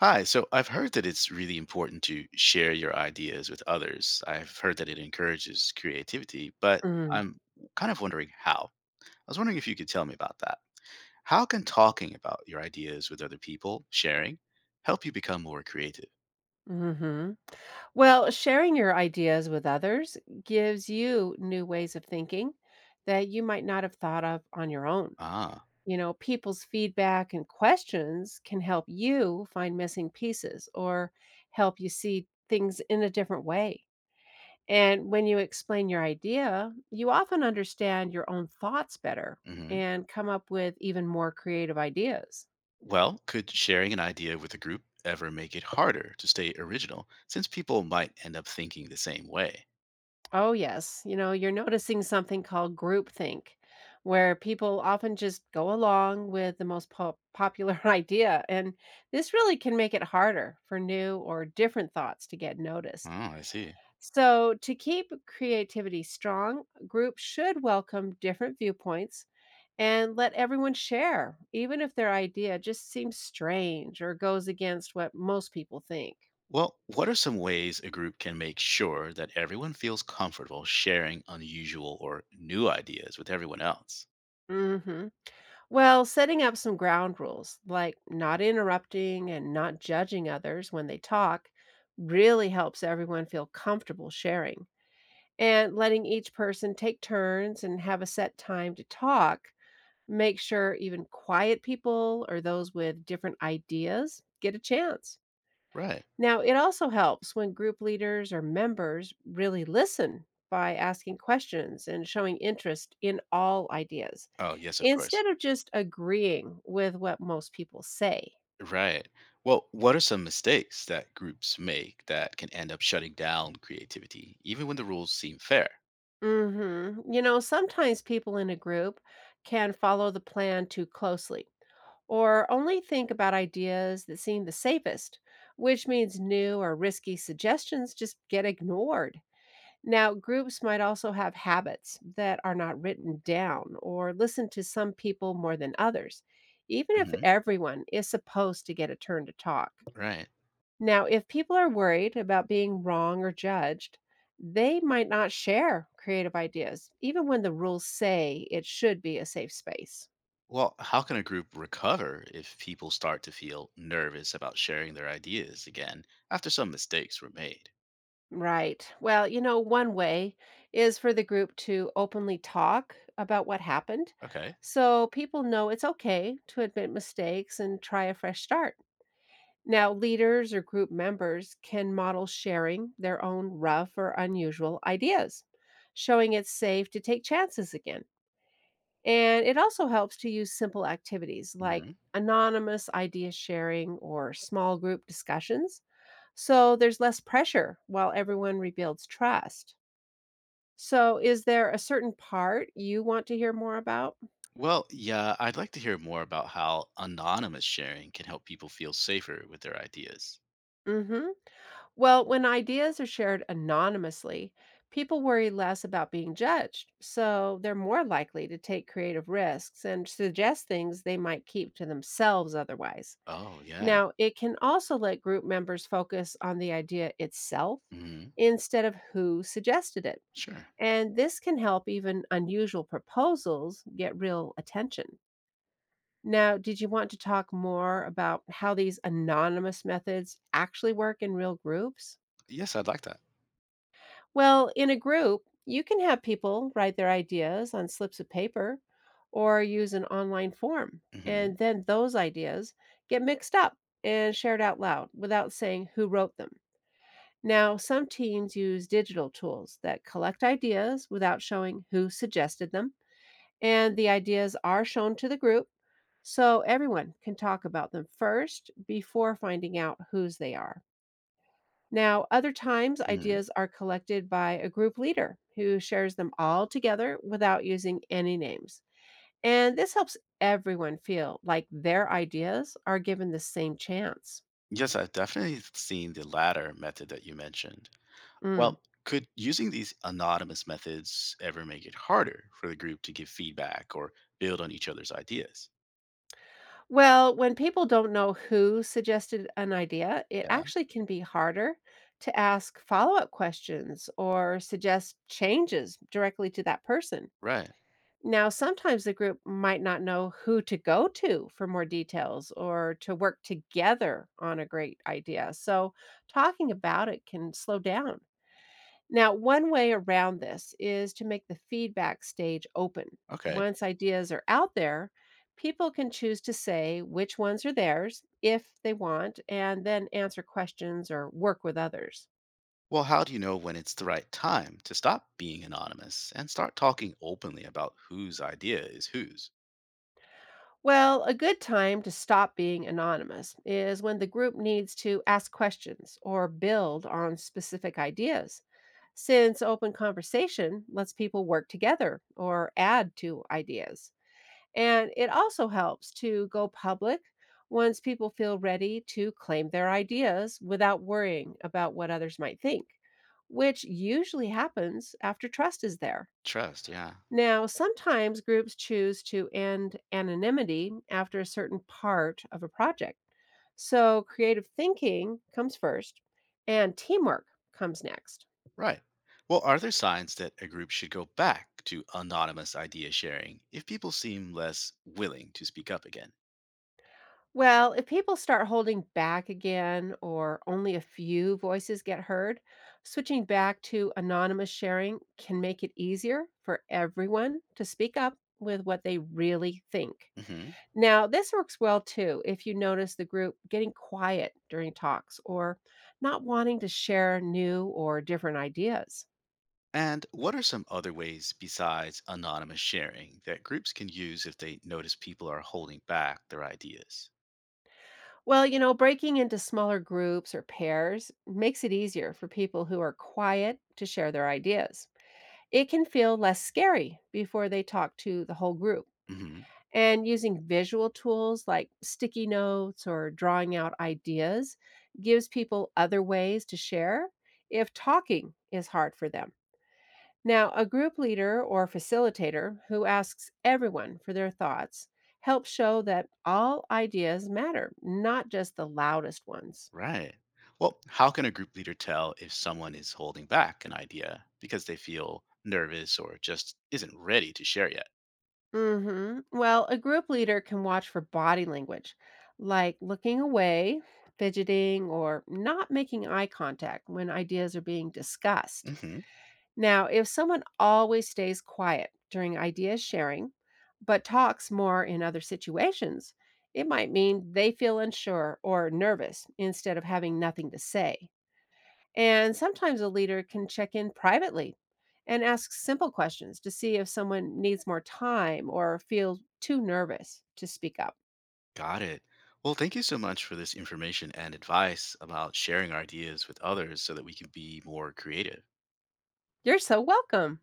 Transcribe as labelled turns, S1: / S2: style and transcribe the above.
S1: Hi, so I've heard that it's really important to share your ideas with others. I've heard that it encourages creativity, but
S2: Mm,
S1: I'm kind of wondering how. I was wondering if you could tell me about that. How can talking about your ideas with other people, sharing, help you become more creative?
S2: mhm. Well, sharing your ideas with others gives you new ways of thinking that you might not have thought of on your own.
S1: Ah,
S2: You know, people's feedback and questions can help you find missing pieces or help you see things in a different way. And when you explain your idea, you often understand your own thoughts better
S1: hmm
S2: and come up with even more creative ideas.
S1: well, could sharing an idea with a group ever make it harder to stay original since people might end up thinking the same way?
S2: Oh, yes. You know, you're noticing something called groupthink, where people often just go along with the most popular idea. And this really can make it harder for new or different thoughts to get
S1: Oh,
S2: noticed.
S1: I see.
S2: So, to keep creativity strong, groups should welcome different viewpoints and let everyone share, even if their idea just seems strange or goes against what most people think.
S1: Well, what are some ways a group can make sure that everyone feels comfortable sharing unusual or new ideas with everyone else?
S2: hmm. Well, setting up some ground rules, like not interrupting and not judging others when they talk, really helps everyone feel comfortable sharing. And letting each person take turns and have a set time to talk, make sure even quiet people or those with different ideas get a chance.
S1: Right.
S2: Now, it also helps when group leaders or members really listen by asking questions and showing interest in all ideas
S1: Oh, yes, of course.
S2: instead of just agreeing with what most people say.
S1: Right. Well, what are some mistakes that groups make that can end up shutting down creativity, even when the rules seem fair?
S2: Mhm. You know, sometimes people in a group can follow the plan too closely or only think about ideas that seem the safest, which means new or risky suggestions just get ignored. Now, groups might also have habits that are not written down or listen to some people more than others, even if
S1: Hmm.
S2: everyone is supposed to get a turn to talk.
S1: Right.
S2: Now, if people are worried about being wrong or judged, they might not share creative ideas, even when the rules say it should be a safe space.
S1: Well, how can a group recover if people start to feel nervous about sharing their ideas again after some mistakes were made?
S2: Right. Well, you know, one way is for the group to openly talk about what happened
S1: Okay.
S2: so people know it's okay to admit mistakes and try a fresh start. Now, leaders or group members can model sharing their own rough or unusual ideas, showing it's safe to take chances again. And it also helps to use simple activities like anonymous idea sharing or small group discussions. So there's less pressure while everyone rebuilds trust. So, is there a certain part you want to hear more about?
S1: Well, yeah, I'd like to hear more about how anonymous sharing can help people feel safer with their ideas.
S2: Mhm. Well, when ideas are shared anonymously, people worry less about being judged, so they're more likely to take creative risks and suggest things they might keep to themselves otherwise.
S1: Oh, yeah.
S2: Now, it can also let group members focus on the idea itself
S1: Hmm.
S2: instead of who suggested it.
S1: Sure.
S2: And this can help even unusual proposals get real attention. Now, did you want to talk more about how these anonymous methods actually work in real groups?
S1: Yes, I'd like that.
S2: Well, in a group, you can have people write their ideas on slips of paper or use an online form.
S1: Hmm.
S2: And then those ideas get mixed up and shared out loud without saying who wrote them. Now, some teams use digital tools that collect ideas without showing who suggested them and the ideas are shown to the group so everyone can talk about them first before finding out whose they are. Now, other times,
S1: Hmm.
S2: ideas are collected by a group leader who shares them all together without using any names. And this helps everyone feel like their ideas are given the same chance.
S1: Yes, I've definitely seen the latter method that you mentioned.
S2: Mm.
S1: Well, could using these anonymous methods ever make it harder for the group to give feedback or build on each other's ideas?
S2: Well, when people don't know who suggested an idea, it
S1: Yeah,
S2: actually can be harder to ask follow up questions or suggest changes directly to that person.
S1: right.
S2: Now, sometimes the group might not know who to go to for more details or to work together on a great idea. So, talking about it can slow down. Now, one way around this is to make the feedback stage open.
S1: Okay.
S2: Once ideas are out there, people can choose to say which ones are theirs if they want, and then answer questions or work with others.
S1: Well, how do you know when it's the right time to stop being anonymous and start talking openly about whose idea is whose?
S2: Well, a good time to stop being anonymous is when the group needs to ask questions or build on specific ideas, since open conversation lets people work together or add to ideas. And it also helps to go public once people feel ready to claim their ideas without worrying about what others might think, which usually happens after trust is there.
S1: Trust, yeah.
S2: Now, sometimes groups choose to end anonymity after a certain part of a project. So, creative thinking comes first and teamwork comes next.
S1: Right. Well, are there signs that a group should go back to anonymous idea sharing if people seem less willing to speak up again?
S2: Well, if people start holding back again or only a few voices get heard, switching back to anonymous sharing can make it easier for everyone to speak up with what they really think.
S1: Hmm.
S2: Now, this works well too if you notice the group getting quiet during talks or not wanting to share new or different ideas.
S1: And what are some other ways besides anonymous sharing that groups can use if they notice people are holding back their ideas?
S2: Well, you know, breaking into smaller groups or pairs makes it easier for people who are quiet to share their ideas. It can feel less scary before they talk to the whole group.
S1: Hmm.
S2: And using visual tools like sticky notes or drawing out ideas gives people other ways to share if talking is hard for them. Now, a group leader or facilitator who asks everyone for their thoughts helps show that all ideas matter, not just the loudest ones.
S1: Right. Well, how can a group leader tell if someone is holding back an idea because they feel nervous or just isn't ready to share yet?
S2: Mhm. Well, a group leader can watch for body language, like looking away, fidgeting, or not making eye contact when ideas are being discussed. Now, if someone always stays quiet during idea sharing, but talks more in other situations, it might mean they feel unsure or nervous instead of having nothing to say. And sometimes a leader can check in privately and ask simple questions to see if someone needs more time or feels too nervous to speak up.
S1: Got it. Well, thank you so much for this information and advice about sharing our ideas with others so that we can be more creative.
S2: You're so welcome.